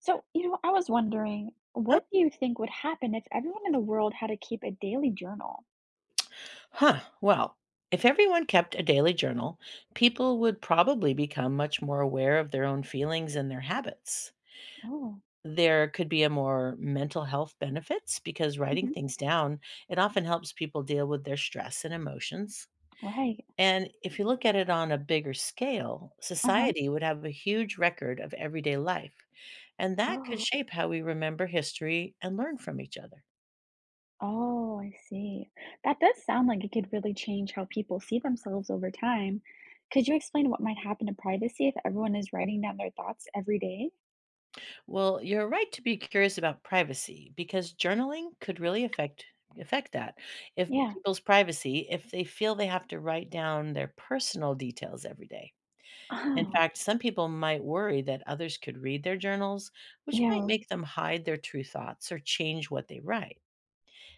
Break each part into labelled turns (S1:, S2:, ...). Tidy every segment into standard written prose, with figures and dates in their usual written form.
S1: So, I was wondering,
S2: Huh.
S1: what do you think would happen if everyone in the world had to keep a daily journal?
S2: Huh, well, if everyone kept a daily journal, people would probably become much more aware of their own feelings and their habits.
S1: Oh.
S2: There could be a more mental health benefits because writing
S1: Hmm.
S2: things down, it often helps people deal with their stress and emotions.
S1: Right.
S2: And if you look at it on a bigger scale,
S1: Uh-huh.
S2: society would have a huge record of everyday life, and that could
S1: Oh.
S2: shape how we remember history and learn from each other.
S1: Oh, I see. That does sound like it could really change how people see themselves over time. Could you explain what might happen to privacy if everyone is writing down their thoughts every day?
S2: Well, you're right to be curious about privacy because journaling could really affect that. If
S1: Yeah.
S2: people's privacy, if they feel they have to write down their personal details every day. In
S1: Oh.
S2: fact, some people might worry that others could read their journals, which might
S1: Yeah.
S2: make them hide their true thoughts or change what they write.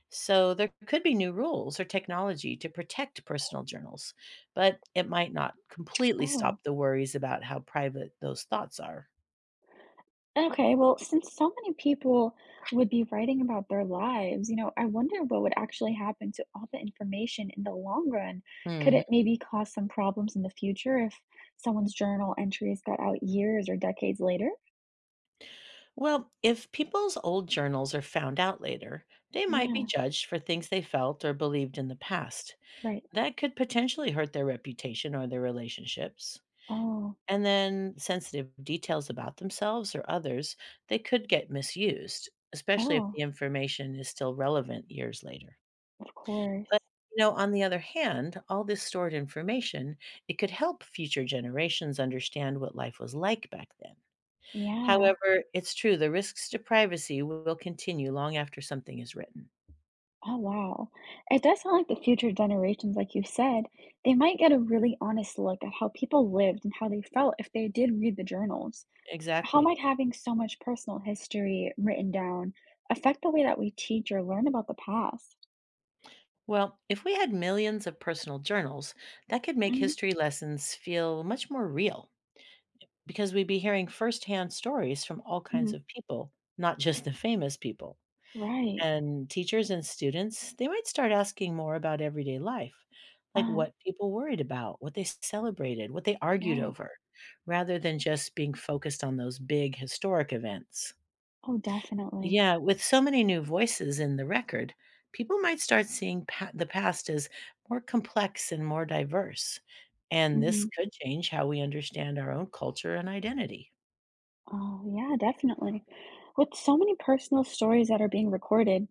S2: So there could be new rules or technology to protect personal journals, but it might not completely
S1: Oh.
S2: stop the worries about how private those thoughts are.
S1: Okay, well, since so many people would be writing about their lives, I wonder what would actually happen to all the information in the long run. Could it maybe cause some problems in the future if someone's journal entries got out years or decades later?
S2: Well, if people's old journals are found out later, they might be
S1: Yeah,
S2: judged for things they felt or believed in the past.
S1: right.
S2: That could potentially hurt their reputation or their relationships.
S1: Oh,
S2: And then sensitive details about themselves or others, they could get misused, especially if
S1: oh,
S2: the information is still relevant years later.
S1: of
S2: But
S1: course.
S2: you know, on the other hand, all this stored information, it could help future generations understand what life was like back then.
S1: Yeah.
S2: However, it's true, the risks to privacy will continue long after something is written.
S1: Oh, wow. It does sound like the future generations, like you said, they might get a really honest look at how people lived and how they felt if they did read the journals. How
S2: Exactly.
S1: might having so much personal history written down affect the way that we teach or learn about the past?
S2: Well, if we had millions of personal journals, that could make
S1: Mhm,
S2: history lessons feel much more real because we'd be hearing firsthand stories from all kinds
S1: mhm.
S2: of people, not just the famous people.
S1: Right.
S2: And teachers and students, they might start asking more about everyday life, like
S1: Uh,
S2: what people worried about, what they celebrated, what they argued
S1: yeah.
S2: over, rather than just being focused on those big historic events.
S1: Oh, definitely.
S2: Yeah, with so many new voices in the record, people might start seeing the past as more complex and more diverse. And this
S1: Hmm.
S2: could change how we understand our own culture and identity.
S1: Oh, yeah, definitely. With so many personal stories that are being recorded,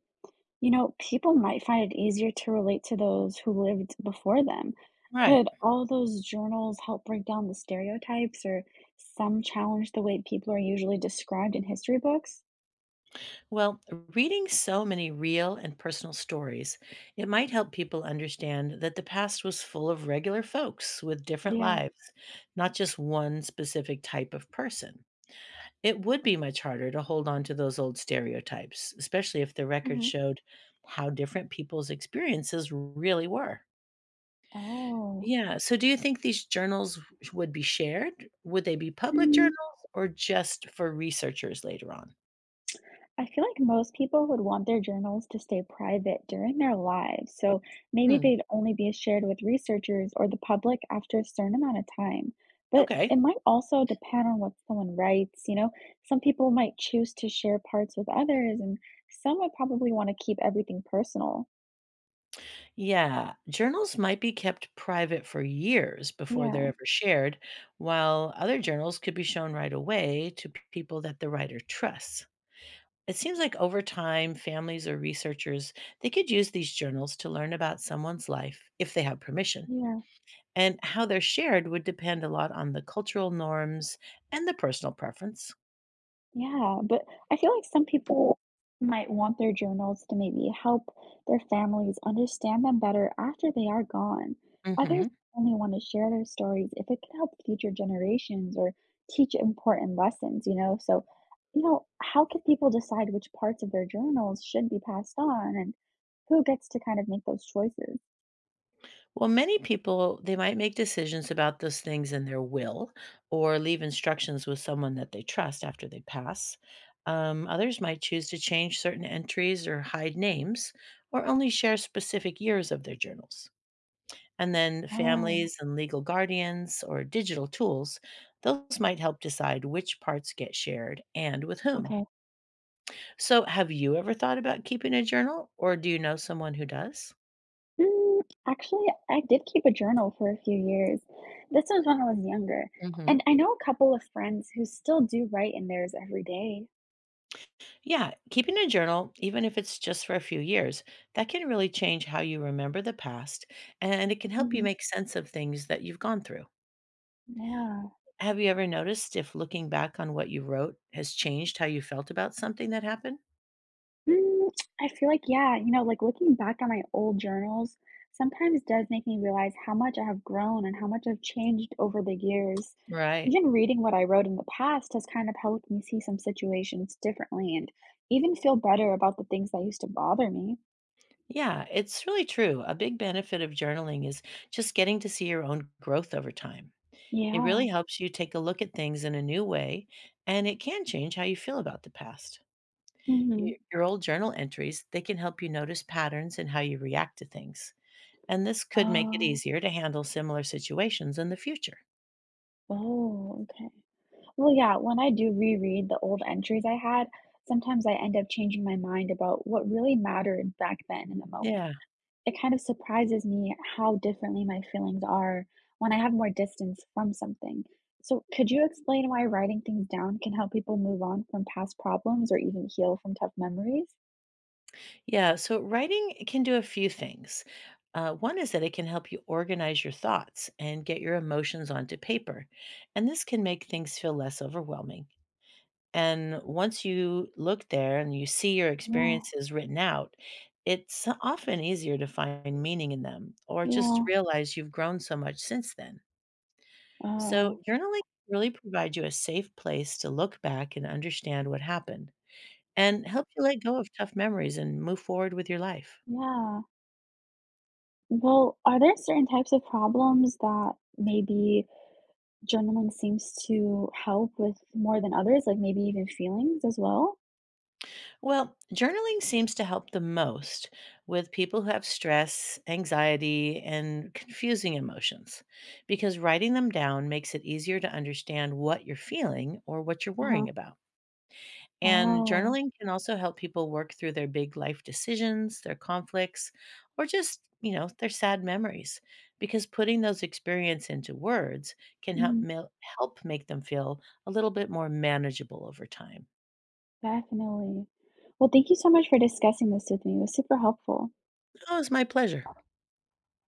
S1: people might find it easier to relate to those who lived before them.
S2: Right.
S1: Could all those journals help break down the stereotypes or some challenge the way people are usually described in history books?
S2: Well, reading so many real and personal stories, it might help people understand that the past was full of regular folks with different
S1: Yeah.
S2: lives, not just one specific type of person. It would be much harder to hold on to those old stereotypes, especially if the record
S1: Hmm.
S2: showed how different people's experiences really were.
S1: Oh.
S2: Yeah, so do you think these journals would be shared? Would they be public
S1: Mm.
S2: journals or just for researchers later on?
S1: I feel like most people would want their journals to stay private during their lives, so maybe
S2: Hmm.
S1: they'd only be shared with researchers or the public after a certain amount of time. But it
S2: Okay.
S1: might also depend on what someone writes. Some people might choose to share parts with others, and some would probably want to keep everything personal.
S2: Yeah, journals might be kept private for years before they're
S1: Yeah,
S2: ever shared, while other journals could be shown right away to people that the writer trusts. It seems like over time, families or researchers, they could use these journals to learn about someone's life if they have permission.
S1: yeah.
S2: And how they're shared would depend a lot on the cultural norms and the personal preference.
S1: Yeah, but I feel like some people might want their journals to maybe help their families understand them better after they are gone. Others
S2: Mhm.
S1: only want to share their stories if it can help future generations or teach important lessons, you know? So, how can people decide which parts of their journals should be passed on and who gets to kind of make those choices?
S2: Well, many people, they might make decisions about those things in their will or leave instructions with someone that they trust after they pass. Others might choose to change certain entries or hide names or only share specific years of their journals. And then
S1: Oh,
S2: families and legal guardians or digital tools, those might help decide which parts get shared and with whom.
S1: okay.
S2: So, have you ever thought about keeping a journal or do you know someone who does?
S1: Mm, actually, I did keep a journal for a few years. This was when I was younger.
S2: Hmm.
S1: And I know a couple of friends who still do write in theirs every day.
S2: Yeah, keeping a journal, even if it's just for a few years, that can really change how you remember the past and it can help you
S1: Hmm.
S2: make sense of things that you've gone through.
S1: Yeah.
S2: Have you ever noticed if looking back on what you wrote has changed how you felt about something that happened?
S1: Mm, I feel like, yeah, like looking back at my old journals sometimes does make me realize how much I have grown and how much I've changed over the years.
S2: Right.
S1: Even reading what I wrote in the past has kind of helped me see some situations differently and even feel better about the things that used to bother me.
S2: Yeah, it's really true. A big benefit of journaling is just getting to see your own growth over time. It really
S1: Yeah.
S2: helps you take a look at things in a new way and it can change how you feel about the past.
S1: Hmm.
S2: Your old journal entries, they can help you notice patterns in how you react to things. And this could make it
S1: Oh.
S2: easier to handle similar situations in the future.
S1: Oh, okay. Well, yeah, when I do reread the old entries I had, sometimes I end up changing my mind about what really mattered back then in the moment.
S2: Yeah.
S1: It kind of surprises me how differently my feelings are when I have more distance from something. So, could you explain why writing things down can help people move on from past problems or even heal from tough memories?
S2: Yeah. So writing can do a few things. One is that it can help you organize your thoughts and get your emotions onto paper. And this can make things feel less overwhelming. And once you look there and you see your
S1: Yeah,
S2: experiences written out, it's often easier to find meaning in them or just
S1: yeah.
S2: realize you've grown so much since then. So,
S1: Oh,
S2: journaling really provides you a safe place to look back and understand what happened and help you let go of tough memories and move forward with your life.
S1: yeah. Well, are there certain types of problems that maybe journaling seems to help with more than others, like, maybe even feelings as well?
S2: Well, journaling seems to help the most with people who have stress, anxiety, and confusing emotions because writing them down makes it easier to understand what you're feeling or what you're worrying
S1: Uh-huh.
S2: about. And
S1: Oh,
S2: journaling can also help people work through their big life decisions, their conflicts, or just, you know, their sad memories because putting those experience into words can
S1: mm,
S2: help make them feel a little bit more manageable over time.
S1: definitely. Well, thank you so much for discussing this with me. It was super helpful.
S2: Oh, it's my pleasure.